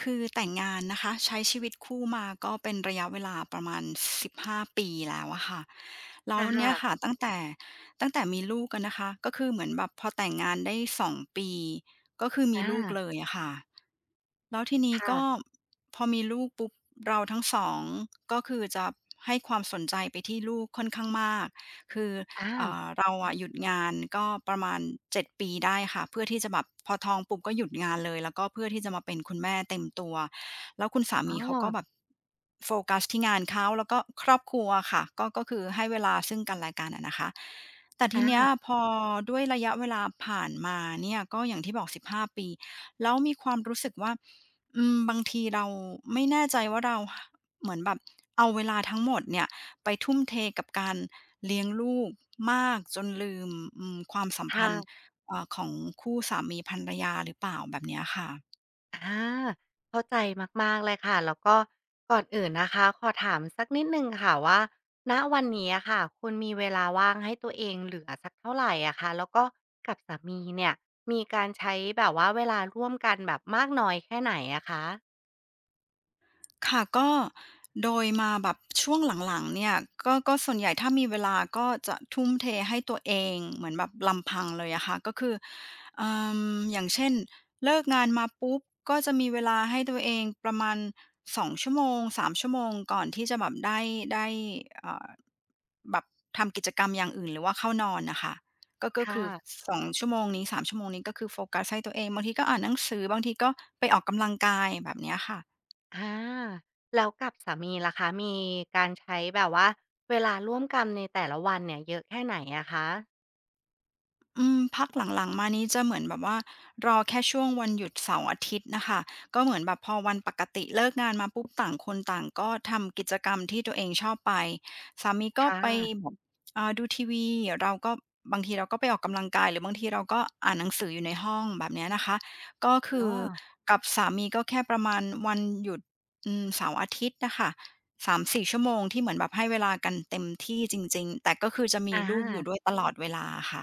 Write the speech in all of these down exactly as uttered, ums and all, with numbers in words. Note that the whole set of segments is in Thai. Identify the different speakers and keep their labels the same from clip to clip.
Speaker 1: คือแต่งงานนะคะใช้ชีวิตคู่มาก็เป็นระยะเวลาประมาณสิบห้าปีแล้วอะค่ะแล้
Speaker 2: ค
Speaker 1: วเนี่
Speaker 2: ่ะ
Speaker 1: ยค่ะตั้งแต่ตั้งแต่มีลูกอะนะคะก็คือเหมือนแบบพอแต่งงานได้สองปีก็คือมี
Speaker 2: อา
Speaker 1: ลูกเลยอะค่ะแล้วทีนี้ก็
Speaker 2: ค่ะ
Speaker 1: พอมีลูกปุ๊บเราทั้งสองก็คือจะให้ความสนใจไปที่ลูกค่อนข้างมากคือ
Speaker 2: อา
Speaker 1: อ่าเราอะหยุดงานก็ประมาณเจ็ดปีได้ค่ะเพื่อที่จะแบบพอท้องปุ๊บก็หยุดงานเลยแล้วก็เพื่อที่จะมาเป็นคุณแม่เต็มตัวแล้วคุณสา
Speaker 2: อ๋
Speaker 1: มี
Speaker 2: อ
Speaker 1: เขาก็แบบโฟกัสที่งานเขาแล้วก็ครอบครัวอะค่ะก็ก็คือให้เวลาซึ่งกันและกันอะนะคะแต่ที
Speaker 2: อา
Speaker 1: เนี้ยพอด้วยระยะเวลาผ่านมาเนี่ยก็อย่างที่บอกสิบห้าปีแล้วมีความรู้สึกว่าอืมบางทีเราไม่แน่ใจว่าเราเหมือนแบบเอาเวลาทั้งหมดเนี่ยไปทุ่มเทกับการ เลี้ยงลูกมากจนลืมอืมความสัมพันธ์
Speaker 2: ค่ะ
Speaker 1: เอ่อของคู่สามีภรรยาหรือเปล่าแบบเนี้ยค่ะ
Speaker 2: อาเข้าใจมากๆเลยค่ะ แล้วก็ก่อนอื่นนะคะ ขอถามสักนิดหนึ่งค่ะว่าณวันนี้อะค่ะคุณมีเวลาว่างให้ตัวเองเหลือสักเท่าไรอะคะแล้วก็กับสามีเนี่ยมีการใช้แบบว่าเวลาร่วมกันแบบมากน้อยแค่ไหนอะคะ
Speaker 1: ค่ะก็โดยมาแบบช่วงหลังๆเนี่ยก็ก็ส่วนใหญ่ถ้ามีเวลาก็จะทุ่มเทให้ตัวเองเหมือนแบบลำพังเลยอะค่ะก็คือเอ่ออย่างเช่นเลิกงานมาปุ๊บก็จะมีเวลาให้ตัวเองประมาณสองชั่วโมงสามชั่วโมงก่อนที่จะแบบได้ได้เอ่อแบบทำกิจกรรมอย่างอื่นหรือว่าเข้านอนน่ะค่ะก็ก็คื
Speaker 2: ค่ะ
Speaker 1: อสองชั่วโมงนี้สามชั่วโมงนี้ก็คือโฟกัสให้ตัวเองบางทีก็อ่านหนังสือบางทีก็ไปออกกำลังกายแบบเนี้ยค่ะ
Speaker 2: อาแล้วกับสามีล่ะคะมีการใช้แบบว่าเวลาร่วมกันในแต่ละวันเนี่ยเยอะแค่ไหนอะคะ
Speaker 1: อืมพักหลังๆมานี้จะเหมือนแบบว่ารอแค่ช่วงวันหยุดเสาร์อาทิตย์น่ะค่ะก็เหมือนแบบพอวันปกติเลิกงานมาปุ๊บต่างคนต่างก็ทำกิจกรรมที่ตัวเองชอบไปสามี
Speaker 2: ค
Speaker 1: ก็ไป
Speaker 2: ่ะ
Speaker 1: แบบอ่าดูทีวีเราก็บางทีเราก็ไปออกกำลังกายหรือบางทีเราก็อ่านหนังสืออยู่ในห้องแบบเนี้ยนะคะก็คื
Speaker 2: อ้
Speaker 1: อ
Speaker 2: อ
Speaker 1: กับสามีก็แค่ประมาณวันหยุดอืมเสาร์อาทิตย์น่ะค่ะสามสี่ชั่วโมงที่เหมือนแบบให้เวลากันเต็มที่จริงๆแต่ก็คือจะมี
Speaker 2: อา
Speaker 1: ลูกอยู่ด้วยตลอดเวลาอะค่ะ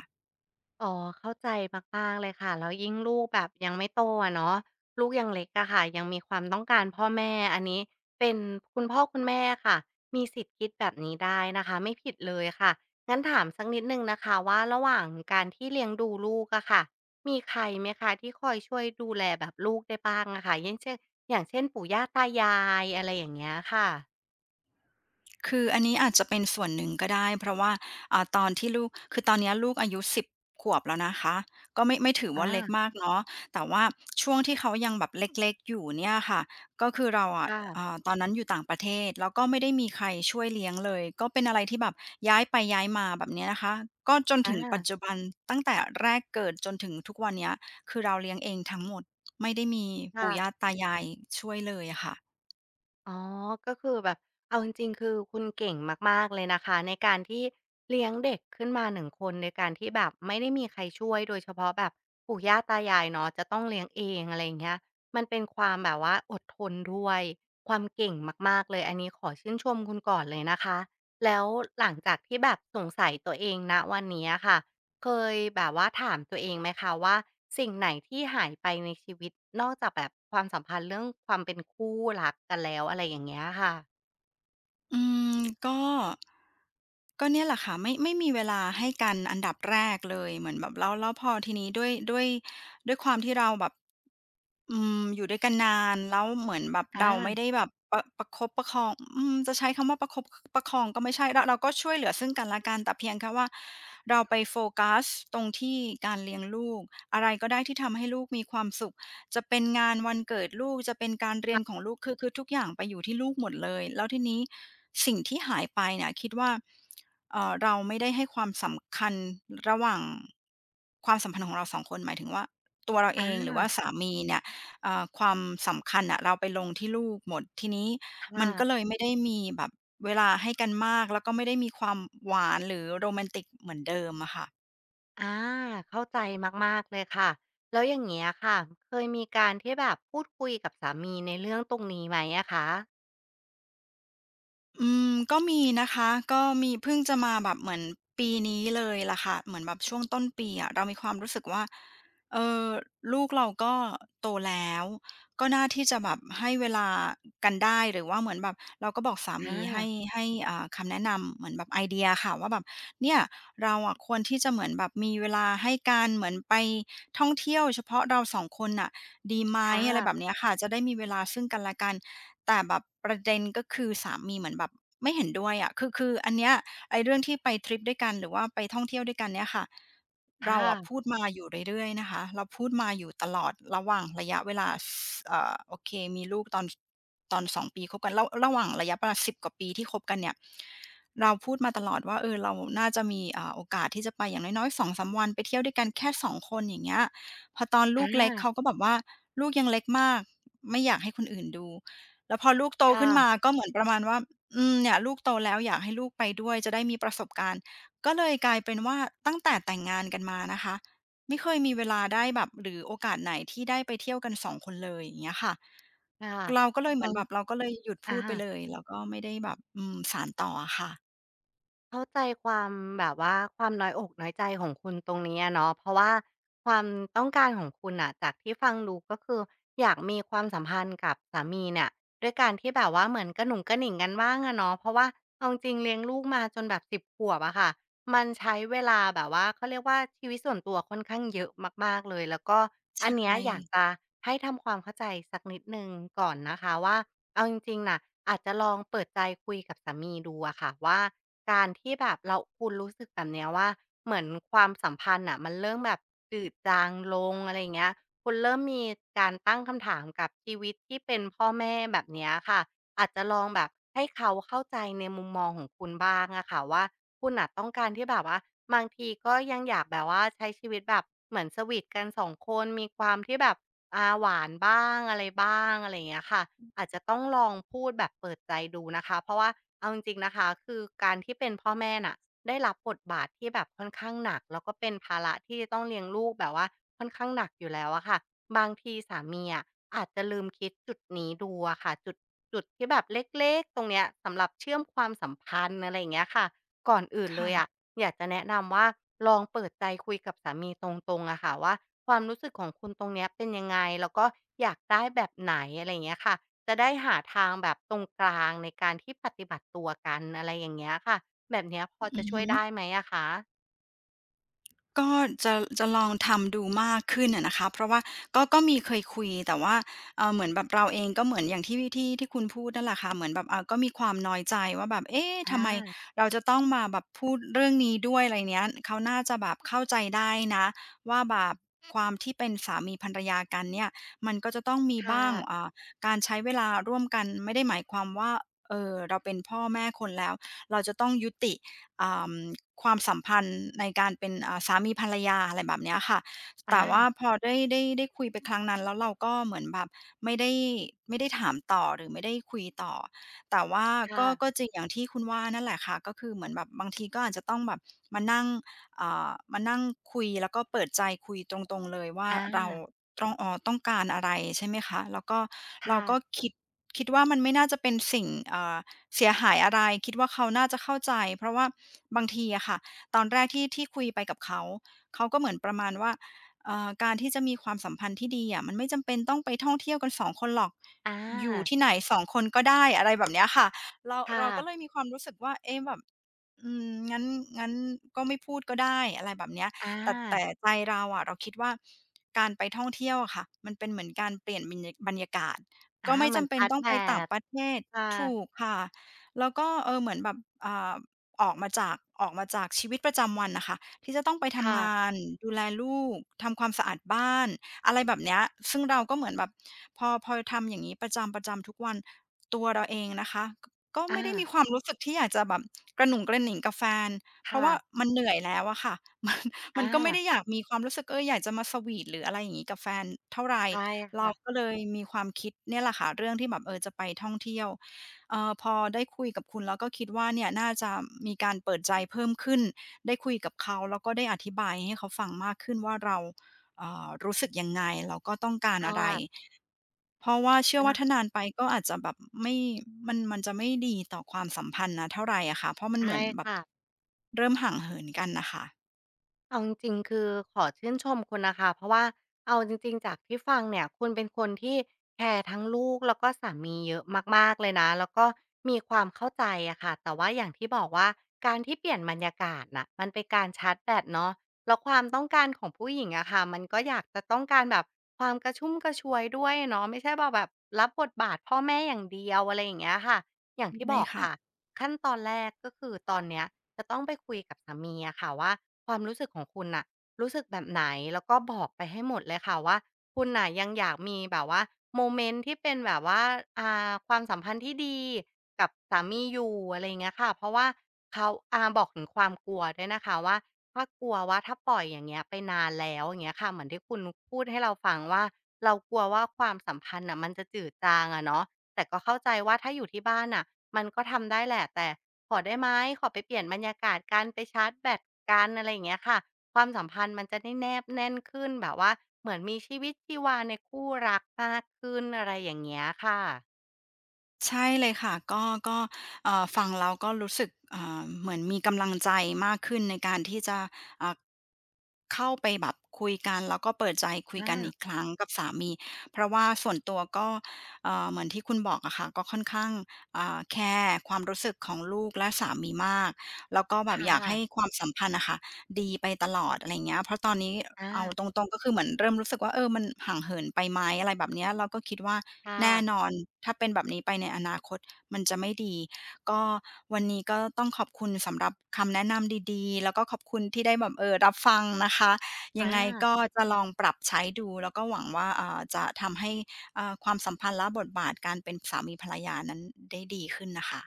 Speaker 2: อ๋อเข้าใจมากๆ เลยค่ะแล้วยิ่งลูกแบบยังไม่โตอะเนาะลูกยังเล็กอะค่ะยังมีความต้องการพ่อแม่อันนี้เป็นคุณพ่อคุณแม่อะค่ะมีสิทธิ์คิดแบบนี้ได้นะคะไม่ผิดเลยค่ะงั้นถามสักนิดหนึ่งนะคะว่าระหว่างการที่เลี้ยงดูลูกอะค่ะมีใครไหมคะที่คอยช่วยดูแลแบบลูกได้บ้างอะค่ะอย่างเช่นอย่างเช่นปู่ย่าตายายอะไรอย่างเงี้ยค่ะ
Speaker 1: คืออันนี้อาจจะเป็นส่วนหนึ่งก็ได้เพราะว่าอ่าตอนที่ลูกคือตอนเนี้ยลูกอายุสิบขวบแล้วนะคะก็ไม่ไม่ถือ
Speaker 2: อา
Speaker 1: ว่าเล็กมากเนาะแต่ว่าช่วงที่เขายังแบบเล็กๆอยู่เนี่ยค่ะก็คือเราอะ
Speaker 2: ค่ะ
Speaker 1: อ่าตอนนั้นอยู่ต่างประเทศแล้วก็ไม่ได้มีใครช่วยเลี้ยงเลยก็เป็นอะไรที่แบบย้ายไปย้ายมาแบบเนี้ยนะคะก็จนถึงปัจ
Speaker 2: อา
Speaker 1: จุบันตั้งแต่แรกเกิดจนถึงทุกวันเนี้ยคือเราเลี้ยงเองทั้งหมดไม่ได้มีปู่
Speaker 2: ค่ะ
Speaker 1: ย่าตายายช่วยเลยอะค่ะ
Speaker 2: อ๋อก็คือแบบ เอาจริงๆคือคุณเก่งมากๆเลยนะคะในการที่เลี้ยงเด็กขึ้นมาหนึ่งคนในการที่แบบไม่ได้มีใครช่วยโดยเฉพาะแบบปู่ย่าตายายเนาะจะต้องเลี้ยงเองอะไรอย่างเงี้ยมันเป็นความแบบว่าอดทนด้วยความเก่งมากๆเลยอันนี้ขอชื่นชมคุณก่อนเลยนะคะแล้วหลังจากที่แบบสงสัยตัวเองณวันนี้อะค่ะ เคยแบบว่าถามตัวเองไหมคะว่าสิ่งไหนที่หายไปในชีวิตนอกจากแบบความสัมพันธ์เรื่องความเป็นคู่รักกันแล้วอะไรอย่างเงี้ยค่ะ
Speaker 1: อืมก็ก็เนี่ยแหละค่ะไม่ไม่มีเวลาให้กันอันดับแรกเลยเหมือนแบบแล้วแล้วพอทีนี้ด้วยด้วยด้วยความที่เราแบบอืมอยู่ด้วยกันนานแล้วเหมือนแบบ
Speaker 2: อา
Speaker 1: เราไม่ได้แบบประประคบประคองอืมจะใช้คำว่าประคบประคองก็ไม่ใช่เราเราก็ช่วยเหลือซึ่งกันและกันแต่เพียงแค่ว่าเราไปโฟกัสตรงที่การเลี้ยงลูกอะไรก็ได้ที่ทำให้ลูกมีความสุข จะเป็นงานวันเกิดลูกจะเป็นการเรียนของลูกคือคือทุกอย่างไปอยู่ที่ลูกหมดเลยแล้วทีนี้สิ่งที่หายไปเนี่ยคิดว่าเอ่อเราไม่ได้ให้ความสำคัญระหว่างความสัมพันธ์ของเราสองคนหมายถึงว่าตัวเราเอ
Speaker 2: อา
Speaker 1: งหรือว่าสามีเนี่ยเอ่อความสำคัญน่ะเราไปลงที่ลูกหมดทีนี้มั
Speaker 2: ค่ะ
Speaker 1: นก็เลยไม่ได้มีแบบเวลาให้กันมากแล้วก็ไม่ได้มีความหวานหรือโรแมนติกเหมือนเดิมอะค่ะ
Speaker 2: อาเข้าใจมากๆเลยค่ะแล้วอย่างเงี้ยค่ะเคยมีการที่แบบพูดคุยกับสามีในเรื่องตรงนี้ไหมอะคะ
Speaker 1: อืมก็มีนะคะก็มีเพิ่งจะมาแบบเหมือนปีนี้เลยล่ะค่ะเหมือนแบบช่วงต้นปีอะเรามีความรู้สึกว่าเออลูกเราก็โตแล้วก็น่าที่จะแบบให้เวลากันได้หรือว่าเหมือนแบบเราก็บอกสามีให้
Speaker 2: อา
Speaker 1: ให้อ่าคำแนะนำเหมือนแบบไอเดียค่ะว่าแบบเนี่ยเราอะควรที่จะเหมือนแบบมีเวลาให้กันเหมือนไปท่องเที่ยวเฉพาะเราสองคนน่ะดีไหม
Speaker 2: ค่
Speaker 1: อะไรแบบ
Speaker 2: ะ
Speaker 1: เนี้ยค่ะจะได้มีเวลาซึ่งกันและกัน แต่แบบประเด็นก็คือสามีเหมือนแบบไม่เห็นด้วยอะคือคืออันเนี้ยไอ้เรื่องที่ไปทริปด้วยกันหรือว่าไปท่องเที่ยวด้วยกันเนี่ยค่ะ
Speaker 2: ค
Speaker 1: เราอะพู
Speaker 2: ่ะ
Speaker 1: ดมาอยู่เรื่อยๆนะคะเราพูดมาอยู่ตลอดระหว่างระยะเวลาสเอ่อโอเคมีลูกตอนตอนสองปีคบกันระระหว่างระยะเวลาสิบกว่าปีที่คบกันเนี่ยเราพูดมาตลอดว่าเออเราน่าจะมีอ่าโอกาสที่จะไปอย่างน้อยๆสองมวันไปเที่ยวด้วยกันแค่สองคนอย่างเงี้ยพอตอน
Speaker 2: อ
Speaker 1: ลูกเล็กเขา
Speaker 2: า
Speaker 1: ก็แบบว่าลูกยังเล็กมากไม่อยากให้คนอื่นดู แล้วพอลูกโตขึ้นมา
Speaker 2: ค่ะ
Speaker 1: ก็เหมือนประมาณว่าอืมเนี่ยลูกโตแล้วอยากให้ลูกไปด้วยจะได้มีประสบการณ์ก็เลยกลายเป็นว่าตั้งแต่แต่งงานกันมานะคะไม่เคยมีเวลาได้แบบหรือโอกาสไหนที่ได้ไปเที่ยวกันสองคนเลยอย่างเงี้ยค่ะ
Speaker 2: ค่ะค่ะ
Speaker 1: เราก็เลยเห
Speaker 2: เอ
Speaker 1: มื
Speaker 2: อ
Speaker 1: อนแบบเราก็เลยหยุด
Speaker 2: อา
Speaker 1: พูดไปเลยแล้วก็ไม่ได้แบบอืมสานต่ออะค่ะ
Speaker 2: เข้าใจความแบบว่าความน้อยอกน้อยใจของคุณตรงนี้อะเนาะเพราะว่าความต้องการของคุณน่ะจากที่ฟังดูก็คืออยากมีความสัมพันธ์กับสามีเนี่ยด้วยการที่แบบว่าเหมือนกระหนุงกระหนิงกันบ้างอะเนาะเพราะว่าเอาจริงๆเลี้ยงลูกมาจนแบบสิบขวบอะค่ะ มันใช้เวลาแบบว่าเขาเรียกว่าชีวิตส่วนตัวค่อนข้างเยอะมากๆเลยแล้วก็
Speaker 1: ใช
Speaker 2: อันเนี้ย
Speaker 1: ่
Speaker 2: อยากจะให้ทำความเข้าใจสักนิดหนึ่งก่อนนะคะว่าเอาจริงๆน่ะอาจจะลองเปิดใจคุยกับสามีดูอะค่ะว่าการที่แบบเราคุณรู้สึกแบบเนี้ยว่าเหมือนความสัมพันธ์น่ะมันเริ่มแบบจืดจางลงอะไรอย่างเงี้ยคุณเริ่มมีการตั้งคำถามกับชีวิตที่เป็นพ่อแม่แบบเนี้ยค่ะ อาจจะลองแบบให้เขาเข้าใจในมุมมองของคุณบ้างอะค่ะว่าคุณน่ะต้องการที่แบบว่าบางทีก็ยังอยากแบบว่าใช้ชีวิตแบบเหมือนสวีทกันสองคนมีความที่แบบอาหวานบ้างอะไรบ้างอะไรอย่างเงี้ยค่ะอาจจะต้องลองพูดแบบเปิดใจดูนะคะเพราะว่าเอาจริงๆนะคะคือการที่เป็นพ่อแม่น่ะได้รับบทบาทที่แบบค่อนข้างหนักแล้วก็เป็นภาระที่จะต้องเลี้ยงลูกแบบว่าค่อนข้างหนักอยู่แล้วอะค่ะบางทีสามีอะอาจจะลืมคิดจุดนี้ดูอะค่ะจุด จุดที่แบบเล็กๆตรงเนี้ยสำหรับเชื่อมความสัมพันธ์อะไรอย่างเงี้ยค่ะก่อนอื่นเล
Speaker 1: ค่ะ
Speaker 2: ยอะอยากจะแนะนำว่าลองเปิดใจคุยกับสามีตรงๆอะค่ะว่าความรู้สึกของคุณตรงเนี้ยเป็นยังไงแล้วก็อยากได้แบบไหนอะไรอย่างเงี้ยค่ะจะได้หาทางแบบตรงกลางในการที่ปฏิบัติตัวกันอะไรอย่างเงี้ยค่ะแบบเนี้ยพอ
Speaker 1: อื
Speaker 2: จะ
Speaker 1: อ
Speaker 2: ช่ว
Speaker 1: ฮึ
Speaker 2: ยได้ไหมอะคะ
Speaker 1: ก็จะจะลองทำดูมากขึ้นอะนะคะเพราะว่าก็ก็มีเคยคุยแต่ว่าเอ่อเหมือนแบบเราเองก็เหมือนอย่างที่ที่ที่คุณพูดนั่นแหละค่ะเหมือนแบบอ่าก็มีความน้อยใจว่าแบบเอ๊ะ
Speaker 2: อา
Speaker 1: ทำไมเราจะต้องมาแบบพูดเรื่องนี้ด้วยอะไรเนี้ยเขาน่าจะแบบเข้าใจได้นะว่าแบบความที่เป็นสามีภรรยากันเนี่ยมันก็จะต้องมี
Speaker 2: ค่ะ
Speaker 1: บ้างอ่าการใช้เวลาร่วมกันไม่ได้หมายความว่าเอ่อเราเป็นพ่อแม่คนแล้วเราจะต้องยุติ อ่าความสัมพันธ์ในการเป็นอ่าสามีภรรยาอะไรแบบเนี้ยค่ะ
Speaker 2: อา
Speaker 1: แต่ว่าพอได้ได้ได้คุยไปครั้งนั้นแล้วเราก็เหมือนแบบไม่ได้ไม่ได้ถามต่อหรือไม่ได้คุยต่อแต่ว่า
Speaker 2: ค่ะ
Speaker 1: ก็ก็จริงอย่างที่คุณว่านั่นแหละค่ะก็คือเหมือนแบบบางทีก็อาจจะต้องแบบมานั่งอ่ามานั่งคุยแล้วก็เปิดใจคุยตรงๆเลยว่า
Speaker 2: อา
Speaker 1: เราต้องอ่อต้องการอะไรใช่ไหมคะแล้วก็เรา
Speaker 2: ค่ะ
Speaker 1: ก็คิดคิดว่ามันไม่น่าจะเป็นสิ่งเอ่อ เสียหายอะไรคิดว่าเขาน่าจะเข้าใจเพราะว่าบางทีอะค่ะตอนแรกที่ที่คุยไปกับเขาเขาก็เหมือนประมาณว่าเอ่อการที่จะมีความสัมพันธ์ที่ดีอะมันไม่จำเป็นต้องไปท่องเที่ยวกันสองคนหรอก
Speaker 2: อ
Speaker 1: อยู่
Speaker 2: า
Speaker 1: ที่ไหนสองคนก็ได้อะไรแบบเนี้ยค่ะเรา
Speaker 2: ค่ะ
Speaker 1: เราก็เลยมีความรู้สึกว่าเอ๊ะแบบอืมงั้นงั้นก็ไม่พูดก็ได้อะไรแบบเนี้ย
Speaker 2: อา
Speaker 1: แต่แต่ใจเราอะเราคิดว่าการไปท่องเที่ยวอะค่ะมันเป็นเหมือนการเปลี่ยนบรรยาบรรยากาศ
Speaker 2: อา
Speaker 1: ก็ไม่
Speaker 2: มัน
Speaker 1: จำเป็น
Speaker 2: ชัด
Speaker 1: ต้อง
Speaker 2: แบ
Speaker 1: ไปต่าง
Speaker 2: ต
Speaker 1: ประเทศ
Speaker 2: ค่ะ
Speaker 1: ถูกค่ะ แล้วก็เออเหมือนแบบอ่าออกมาจากออกมาจากชีวิตประจำวันนะคะที่จะต้องไป
Speaker 2: ค่ะ
Speaker 1: ทำงานดูแลลูกทำความสะอาดบ้านอะไรแบบเนี้ยซึ่งเราก็เหมือนแบบพอพอทำอย่างนี้ประจำๆทุกวันตัวเราเองนะคะกก็ไม่
Speaker 2: อา
Speaker 1: ได้มีความรู้สึกที่อยากจะแบบกระหนุ่งกระหนิงกับแฟนเพราะ
Speaker 2: ค่ะ
Speaker 1: ว่ามันเหนื่อยแล้วอะค่ะ มันมัน
Speaker 2: อา
Speaker 1: ก็ไม่ได้อยากมีความรู้สึกเอออยากจะมาสวีทหรืออะไรอย่างนี้กับแฟนเท่าไหร
Speaker 2: ใช่
Speaker 1: เรา
Speaker 2: ค่ะ
Speaker 1: ก็เลยมีความคิดเนี่ยแหละค่ะเรื่องที่แบบเออจะไปท่องเที่ยว เอ่อพอได้คุยกับคุณแล้วก็คิดว่าเนี่ยน่าจะมีการเปิดใจเพิ่มขึ้นได้คุยกับเขาแล้วก็ได้อธิบายให้เขาฟังมากขึ้นว่าเราเอ่อรู้สึกยังไงแล้วก็ต้องการ
Speaker 2: ค
Speaker 1: อะไร
Speaker 2: ่ะ
Speaker 1: เพราะว่าเชื่อว่า
Speaker 2: อา
Speaker 1: ถ้านานไปก็อาจจะแบบไม่มันมันจะไม่ดีต่อความสัมพันธ์นะเท่าไหรอะค่ะเพราะมันเห
Speaker 2: ใช่
Speaker 1: มือนแบบ
Speaker 2: ค่ะ
Speaker 1: เริ่มห่างเหินกันนะคะ
Speaker 2: เอาจริงๆ คือขอชื่นชมคุณนะคะเพราะว่าเอาจริงๆ จากที่ฟังเนี่ยคุณเป็นคนที่แคร์ทั้งลูกแล้วก็สามีเยอะมากๆเลยนะ แล้วก็มีความเข้าใจอะค่ะ แต่ว่าอย่างที่บอกว่าการที่เปลี่ยนบรรยากาศน่ะมันเป็นการชาร์จแบตเนาะแล้วความต้องการของผู้หญิงอะค่ะมันก็อยากจะต้องการแบบความกระชุ่มกระชวยด้วยเนาะไม่ใช่แบบแบบรับบทบาทพ่อแม่อย่างเดียวอะไรอย่างเงี้ยค่ะอย่างที่
Speaker 1: ใช่
Speaker 2: บอก
Speaker 1: ค่ะ
Speaker 2: ค่ะขั้นตอนแรกก็คือตอนเนี้ย จะต้องไปคุยกับสามีอะค่ะว่าความรู้สึกของคุณน่ะรู้สึกแบบไหนแล้วก็บอกไปให้หมดเลยค่ะว่าคุณน่ะยังอยากมีแบบว่าโมเมนต์ที่เป็นแบบว่าอ่าความสัมพันธ์ที่ดีกับสามีอยู่อะไรอย่างเงี้ยค่ะเพราะว่าเขาอ่าบอกถึงความกลัวด้วยนะคะว่าถ้ากลัวว่าถ้าปล่อยอย่างเงี้ยไปนานแล้วอย่างเงี้ยค่ะเหมือนที่คุณพูดให้เราฟังว่าเรากลัวว่าความสัมพันธ์น่ะมันจะจืดจางอะเนาะแต่ก็เข้าใจว่าถ้าอยู่ที่บ้านน่ะมันก็ทำได้แหละแต่ ขอได้ไหมขอไปเปลี่ยนบรรยากาศกันไปชาร์จแบตกันอะไรอย่างเงี้ยค่ะความสัมพันธ์มันจะได้แนบแน่นขึ้นแบบว่าเหมือนมีชีวิตชีวาในคู่รักมากขึ้นอะไรอย่างเงี้ยค่ะ
Speaker 1: ใช่เลยค่ะก็ก็เอ่อฟังแล้วก็รู้สึกอ่าเหมือนมีกำลังใจมากขึ้นในการที่จะอ่าเข้าไปแบบคุยกันแล้วก็เปิดใจคุย
Speaker 2: อา
Speaker 1: กันอีกครั้งกับสามีเพราะว่าส่วนตัวก็เอ่อเหมือนที่คุณบอกอะค่ะก็ค่อนข้างอ่าแคร์ความรู้สึกของลูกและสามีมากแล้วก็แบบ
Speaker 2: ค่
Speaker 1: อยากให้ค
Speaker 2: ะ
Speaker 1: วามสัมพันธ์น่ะค่ะดีไปตลอดอะไรอย่างเงี้ยเพราะตอนนี้
Speaker 2: อา
Speaker 1: เอาตรงๆก็คือเหมือนเริ่มรู้สึกว่าเออมันห่างเหินไปไหมอะไรแบบเนี้ยเราก็คิดว่า
Speaker 2: ค่ะ
Speaker 1: แน่นอนถ้าเป็นแบบนี้ไปในอนาคตมันจะไม่ดีก็วันนี้ก็ต้องขอบคุณสำหรับคำแนะนำดีๆแล้วก็ขอบคุณที่ได้แบบเอ่อรับฟังนะคะยั
Speaker 2: อา
Speaker 1: งไงก็จะลองปรับใช้ดูแล้วก็หวังว่าอ่าจะทำให้อ่าความสัมพันธ์และบทบาทการเป็นสามีภรรยานั้นได้ดีขึ้นน่ะค่ะ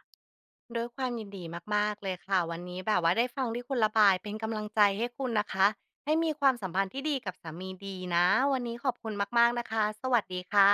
Speaker 2: ด้วยความยินดีมากๆเลยค่ะวันนี้แบบว่าได้ฟังที่คุณระบายเป็นกำลังใจให้คุณนะคะให้มีความสัมพันธ์ที่ดีกับสามีดีนะวันนี้ขอบคุณมากๆนะคะสวัสดีค่ะ